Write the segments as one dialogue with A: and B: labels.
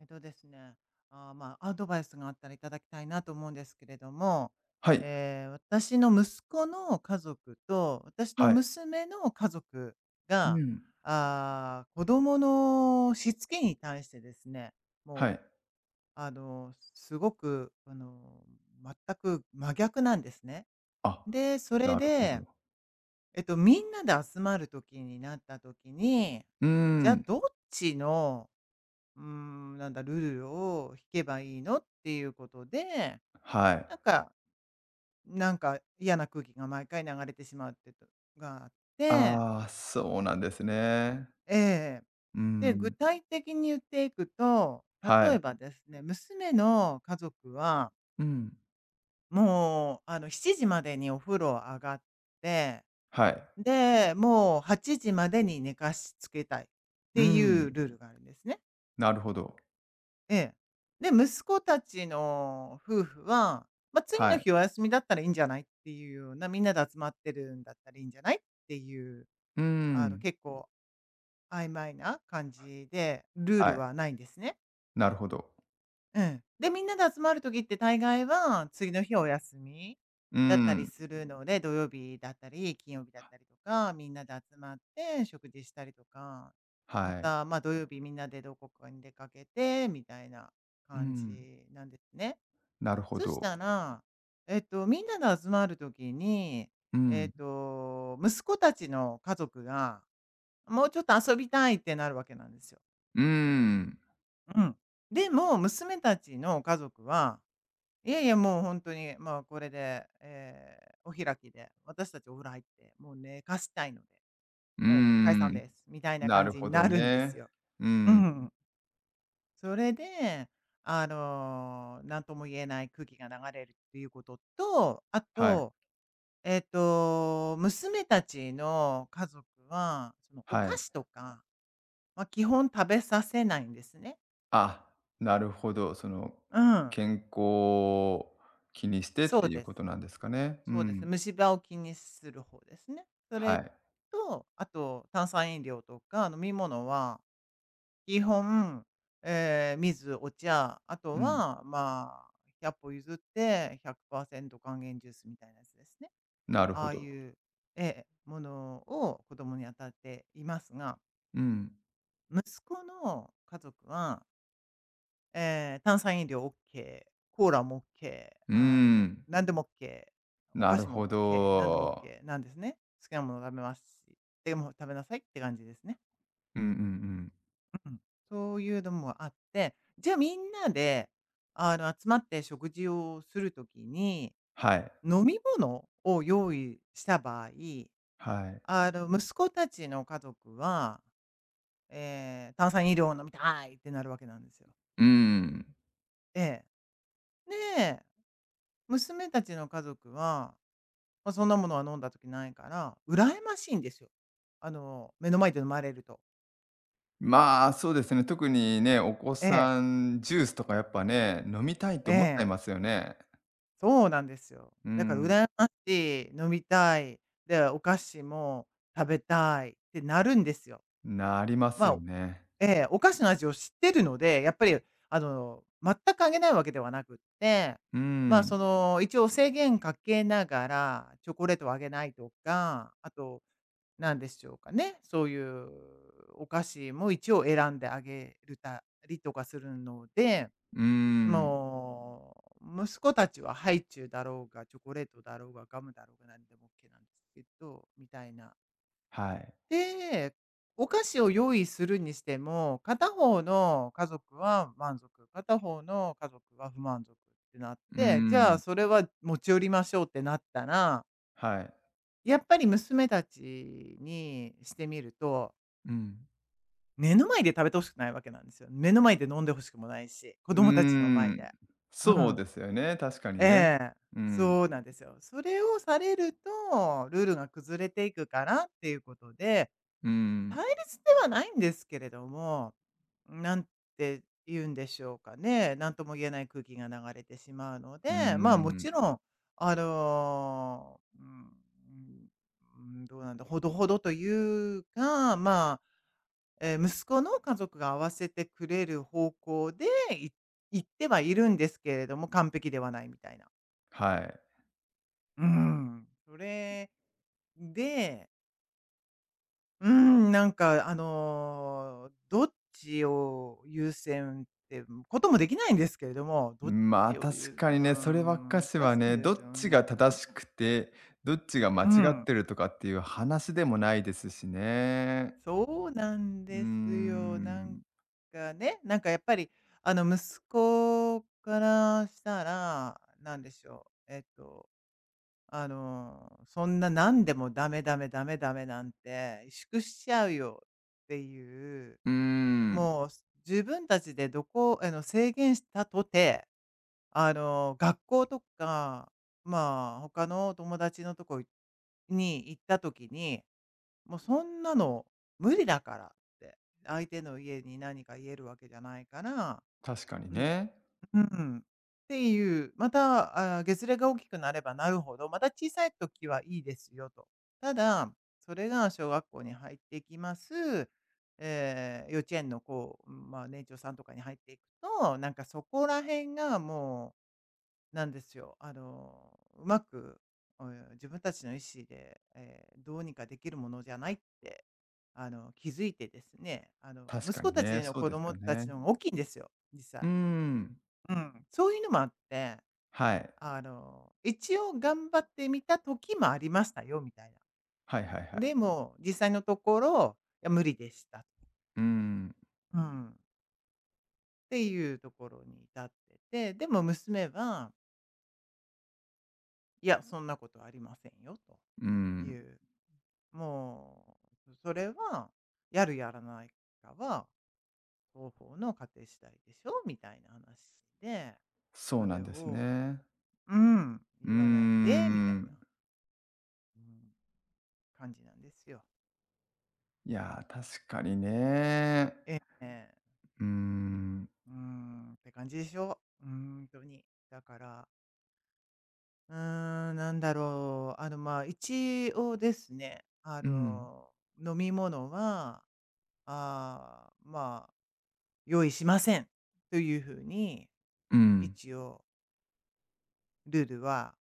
A: えっとですね、あーまあ、アドバイスがあったらいただきたいなと思うんですけれども、
B: はい、
A: 私の息子の家族と、私の
B: はい。
A: 娘の家族
B: う
A: が、
B: ん。
A: 子供のしつけに対してですね、
B: は
A: も
B: い。
A: う、あの、すごく、全く真逆なんですね。
B: あ、
A: で、それ
B: なるほ
A: で、
B: ど。
A: みんなで集まる時になった時に、
B: うー
A: じゃあ
B: ん、
A: どっちのうーん、なんだ、ルールを引けばいいのっていうことで、
B: はい。
A: なんかなんか嫌な空気が毎回流れてしまうっていうとがあって
B: ああ、そうなんですね。
A: ええ。
B: うー
A: で、具
B: ん、
A: 体的に言っていくと、
B: は
A: 例え
B: い。
A: ばですね、娘の家族は、
B: うん。
A: もう、あの、7時までにお風呂上がって、
B: はい。
A: で、もう8時までに寝かしつけたいっ
B: うー
A: てい
B: ん、
A: うルールがあるんですね。
B: なるほど。
A: ええ。で、息子たちの夫婦は、まあ、次
B: は
A: の
B: い。
A: 日お休みだったらいいんじゃないっていうような、みんなで集まってるんだったらいいんじゃないっていう、
B: うーん、
A: 結構曖昧な感じで、ルー
B: は
A: ル
B: い、
A: はないんですね。
B: なるほど。
A: うん。で、みんなで集まる時って大概は、次の日お休み
B: うー
A: だったり
B: ん、
A: するので、土曜日だったり、金曜日だったりとか、みんなで集まって食事したりとか、ま
B: はい。
A: た、まあ、土曜日みんなでどこかに出かけてみたいな
B: う
A: 感
B: ん。
A: じなんですね。
B: なるほ
A: そした
B: ど。
A: ら、みんなで集まる時に、
B: うん、
A: 息子たちの家族が、もうちょっと遊びたいってなるわけなんですよ。
B: うーん、
A: うん。でも、娘たちの家族は、いやいや、もう本当に、まあ、これで、お開きで、私たちお風呂入って、もう寝かしたいので、
B: うー
A: もう解散
B: ん、
A: です、みたいな
B: な
A: 感
B: る
A: じ
B: ほ
A: に
B: ど
A: なるんです
B: ね。
A: よ。
B: う
A: う
B: ん、
A: ん。それで、なんとも言えない空気が流れるっていうことと、あ
B: はい、
A: と娘たちの家族は、そのお
B: は
A: 菓
B: い。
A: 子とかまあ基本食べさせないんですね。
B: あ、なるほど。その、
A: うん。
B: 健康を気にしてっ
A: そ
B: て
A: う
B: いう
A: です。
B: ことなんですかね。う
A: そうです。
B: ん。
A: 虫歯を気にする方ですね。そ
B: は
A: れ
B: い。
A: と、あと炭酸飲料とか飲み物は基本、水、お茶、あと
B: うん。
A: は、まあ、百歩譲って100%還元ジュースみたいなやつですね。
B: なる
A: あ
B: ほ
A: あい
B: ど。
A: う、ええ、ものを子供に与えていますが、
B: うん。
A: 息子の家族は、炭酸飲料 OK、コーラも OK、
B: うーん。
A: 何でも OK、お
B: な
A: 菓
B: る
A: 子
B: ほ
A: も OK、何でも
B: ど。
A: OK なんですね。好きなもの食べますし、でも食べなさいって感じですね。
B: うんうんうん。
A: うん。そういうのもあって、じゃあみんなで、集まって食事をする時に、
B: はい。
A: 飲み物を用意した場合、
B: はい。
A: 息子たちの家族は、炭酸飲料を飲みたいってなるわけなんですよ。
B: うん。
A: ええ。で、娘たちの家族は、まあ、そんなものは飲んだ時ないから、羨ましいんですよ。あの、目の前で飲まれると。
B: まあ、そうですね。特にね、お子
A: ええ、
B: さん、ジュースとかやっぱね、飲みたいと
A: え
B: 思っちゃい
A: え、
B: ますよね。
A: そうなんですよ。
B: う
A: だから
B: ん。
A: 羨ましい、飲みたい、で、お菓子も食べたいってなるんですよ。
B: なります
A: ま
B: よ
A: あ
B: ね。
A: ええ、お菓子の味を知ってるので、やっぱり、全くあげないわけではなくって、
B: う
A: まあ、
B: ん。
A: その、一応制限かけながら、チョコレートをあげないとか、あと、なんでしょうかね、そういうお菓子も一応選んであげるたりとかするので、
B: うん。
A: も息子たちはハイチュウだろうが、チョコレートだろうが、ガムだろうが、何でも OK なんですけど、みたいな。
B: はい。
A: で、お菓子を用意するにしても、片方の家族は満足、片方の家族は不満足ってなっ
B: う
A: て、じゃあ
B: ん。
A: それは持ち寄りましょうってなったら、
B: はい。
A: やっぱり娘たちにしてみると、
B: うん。
A: 目の前で食べてほしくないわけなんですよ。目の前で飲んで欲しくもないし、子
B: う
A: 供たちの
B: ー
A: 前
B: ん、
A: で。う
B: そう
A: ん。
B: ですよね、確かに
A: え
B: ね。
A: え。
B: うん、
A: そうなんですよ。それをされると、ルールが崩れていくからっていうことで、
B: う
A: 対
B: ん、
A: 立ではないんですけれども、なんて言うんでしょうかね、なんとも言えない空気が流れてしまうの
B: うー
A: で、まあ、も
B: ん、
A: ちろん、あの、うん、うん、どうなんだ、ほどほどというか、まあ、息子の家族が合わせてくれる方向で、い行ってはいるんですけれども、完璧ではないみたいな。
B: はい。
A: うん。それで、どっちを優先ってこともできないんですけれども、どっ
B: まあ、
A: ちを
B: 確
A: 優…
B: か
A: う
B: に
A: ー
B: ね、そればっか
A: ん、
B: し
A: 難
B: は
A: しいん
B: ね、
A: で
B: ど
A: す
B: っ
A: よ
B: ちが
A: ね。
B: 正しくて、どっちが間違
A: う
B: っ
A: ん、
B: てるとかっていう話でもないですしね。
A: そうなん
B: うー
A: ですよ。なん
B: ん、
A: かね、なんかやっぱり息子からしたら、なんでしょう、えっと、あの、そんな何でもダメダメダメダメなんて萎縮しちゃうよっていう、
B: うーん、
A: もう、自分たちでどこあの、制限したとて、学校とか、まあ、他の友達のとこに行った時に、もうそんなの無理だからって、相手の家に何か言えるわけじゃないから、
B: 確かにね。
A: うん。っていう、また、あ、月齢が大きくなればなるほど、また小さい時はいいですよと。ただ、それが小学校に入っていきます、幼稚園のこう、まあ、年長さんとかに入っていくと、なんかそこら辺がもう、なんですよ、あの、うまく、自分たちの意思で、どうにかできるものじゃないって、気づいてですね、
B: 確
A: 息
B: か
A: 子
B: に
A: た
B: ね、
A: ちの
B: そう
A: 子
B: です
A: 供
B: よ
A: たちの
B: ね。
A: 方が大きいんですよ、実
B: う
A: 際。
B: ーん、
A: うん、そういうのもあって、
B: はい。
A: 一応頑張ってみた時もありましたよみたいな。
B: はいはいはい。
A: でも、実際のところ、いや無理でした。
B: うーん、
A: うん。っていうところに至ってて、でも娘は、いや、そんなことはありませんよと
B: うー
A: い
B: ん、
A: う、もそれは、やるやらないかは、双方の家庭次第でしょみたいな話で、
B: そう
A: そ
B: な
A: れ
B: んです
A: を、
B: ね。
A: うん、
B: うー
A: 言わないで、みたい
B: ん。
A: な、うん、感じなんですよ。
B: いやー、確かにね。
A: ええ、
B: うーん、
A: うーん、って感じでしょ。うーん、とに。だから、まあ、一応ですね、
B: うん、
A: 飲み物は、あーまあ、用意しませんという風に、
B: うん、
A: 一応ルールは、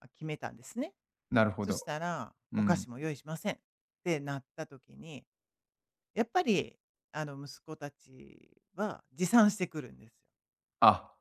A: 決めたんですね。
B: なるほ
A: そ
B: ど。
A: したら、
B: う
A: お菓
B: ん。
A: 子も用意しませんってなった時に、やっぱり、息子たちは持参してくるんですよ。
B: あ、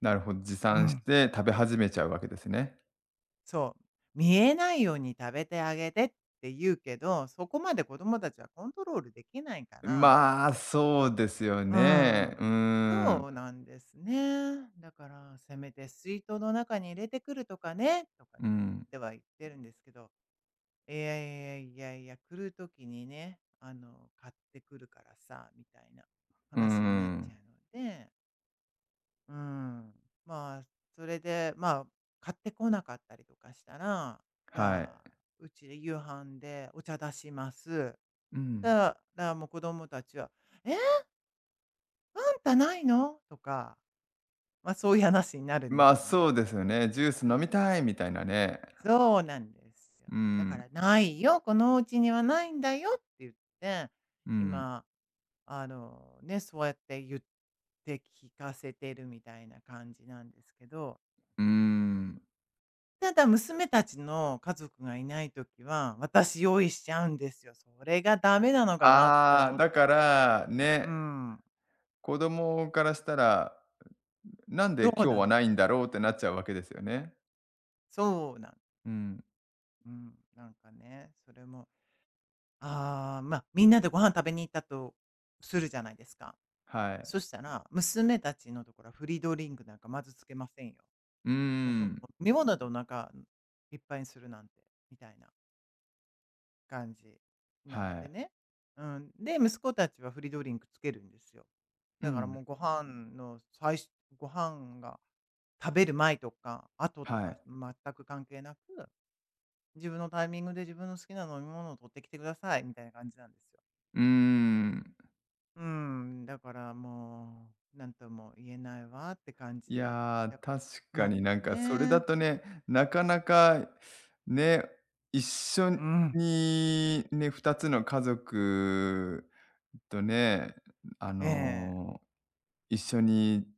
B: なるほど、持
A: う
B: 参し
A: ん。
B: て食べ始めちゃうわけですね。
A: そう。見えないように食べてあげてって言うけど、そこまで子供たちはコントロールできないから。
B: まあ、そうですよ
A: うー
B: ね。うー
A: ん。
B: ん、
A: そうなんですね。だから、せめて水筒の中に入れてくるとかね、とか言
B: う
A: っ
B: ん、
A: ては言ってるんですけど、いやいやいやいや、来る時にね、買ってくるからさ、みたいな
B: うー
A: 話になっちゃう
B: ん、
A: ので、うん。まあ、それで、まあ、買ってこなかったりとかしたら、じ
B: はい。
A: ゃあ、うちで夕飯でお茶出します。
B: う
A: だ
B: ん。
A: から、もう子供たちは、「えー、あんたないの？」とか、ま、そういう話になるんで
B: ま
A: す
B: あ、
A: よ
B: そ
A: ね。
B: うですよね。ジュース
A: そ
B: 飲
A: う。
B: みたいみたいなね。
A: そうなんですよ。
B: う
A: だから
B: ん、
A: 「ないよ、このお家にはないんだよ」って言って、
B: うん、
A: 今、そうやって言って聞かせてるみたいな感じなんですけど。
B: うーん。
A: ただ、娘たちの家族がいないときは、私用意しちゃうんですよ。それがダメなのかなって
B: ああ、
A: 思っ
B: だ
A: た
B: か
A: り。
B: ら
A: う
B: ね、
A: ん。
B: 子供からしたら、なんで
A: そう
B: 今
A: な
B: 日
A: ん
B: は
A: で
B: ない
A: す。
B: んだろうってなっちゃうわけですよね。
A: そうなんです。
B: うん、
A: うん。なんかね、それも、まあ、みんなでご飯食べに行ったとするじゃないですか。
B: はい。
A: そしたら、娘たちのところはフリードリンクなんかまずつけませんよ。
B: うー
A: もうその、
B: ん、
A: 飲み物でお腹いっぱいにするなんて、みたいな。感じなの
B: は
A: で
B: い。
A: ね。うん、で、息子たちはフリードリンクつけるんですよ。
B: う
A: だから
B: ん、
A: もうご飯の最初ご飯が食べる前とか後と
B: は
A: か
B: い。
A: 全く関係なく、自分のタイミングで自分の好きな飲み物を取ってきてくださいみたいな感じなんですよ。
B: うーん。
A: うーん、だからもう、なんとも言えないわって感
B: い
A: じ
B: や、
A: だから
B: 確か
A: なん
B: に
A: で
B: な
A: す
B: んかそれだ
A: ね。
B: とね、なかなかね、一緒
A: うん、
B: にね、2つの家族とね、あ
A: ええ。
B: の、一緒に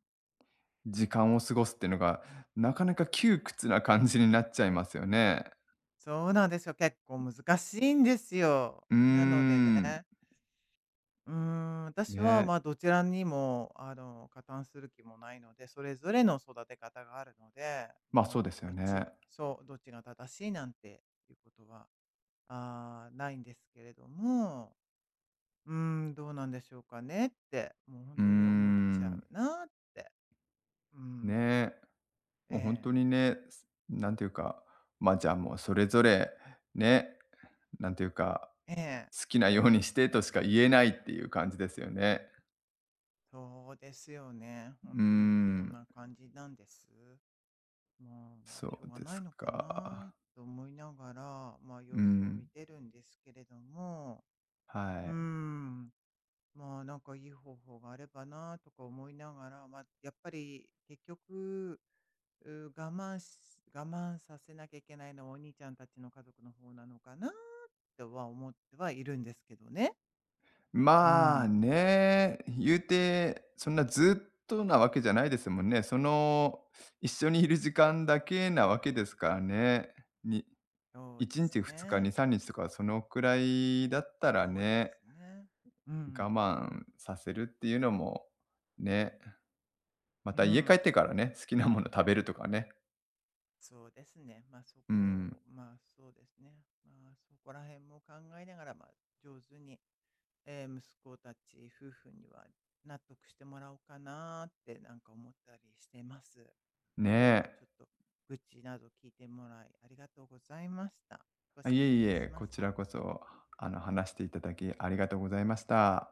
B: 時間を過ごすってのが、なかなか窮屈な感じになっちゃいますよね。
A: そうなんですよ。結構難しいんですよ。
B: うー
A: なのでね、
B: ん、
A: うーん、私は、
B: ね、
A: ま、あ、どちらにも、加担する気もないので、それぞれの育て方があるので、
B: ま、そ
A: も
B: う
A: う
B: ですよ
A: どっ
B: ね。
A: ちそう、どっちが正しいなんていうことは、ないんですけれども、うーん、どうなんでしょうかねって、もう本
B: うー
A: 当に思っちゃ
B: ん。
A: うなって。うん。
B: ねえ、
A: え
B: もう本当
A: え。
B: にね、すなんていうか、ま、じゃあ、もうそれぞれね、なんていうか、
A: ええ。
B: 好きなようにしてとしか言えないっていう感じですよね。
A: そうですよね。
B: う
A: 本
B: ー
A: 当にそん
B: ん、
A: な感じなんです。まあ、
B: そ
A: しょ
B: う
A: うが
B: で
A: な
B: す
A: いのかな
B: か。
A: と思いながら、まあ、
B: う
A: 様子を見
B: ん、
A: てるんですけれども、う
B: は
A: ー
B: い。
A: ん、まあ、なんかいい方法があればなとか思いながら、まあ、やっぱり結局、う我慢し、我慢させなきゃいけないのはお兄ちゃんたちの家族の方なのかなとは思ってはいるんですけどね。う
B: まあ
A: ん、
B: ね、言うて、そんなずっとなわけじゃないですもんね。その、一緒にいる時間だけなわけですからね。に
A: そうで
B: 1
A: す
B: 日、2日、2、
A: ね。
B: 3日とかそのくらいだったら
A: そうです
B: ね
A: ね。う
B: 我
A: ん、
B: 慢させるっていうのも、ね、ま
A: う
B: た家帰っ
A: ん、
B: てからね、好きなもの食べるとかね。
A: そうですね。
B: うん。
A: ま、そうですね。ま、そこら辺も考えながら、ま、上手に、息子たち夫婦には納得してもらおうかなーってなんか思ったりしてます。
B: ね
A: 今日はち
B: え。
A: ょっと愚痴など聞いてもらいありがとうございました。少
B: あ、い
A: し
B: え
A: すっ
B: い
A: きり
B: え、
A: しま
B: こ
A: し
B: ち
A: た。
B: らこそ、あの、話していただきありがとうございました。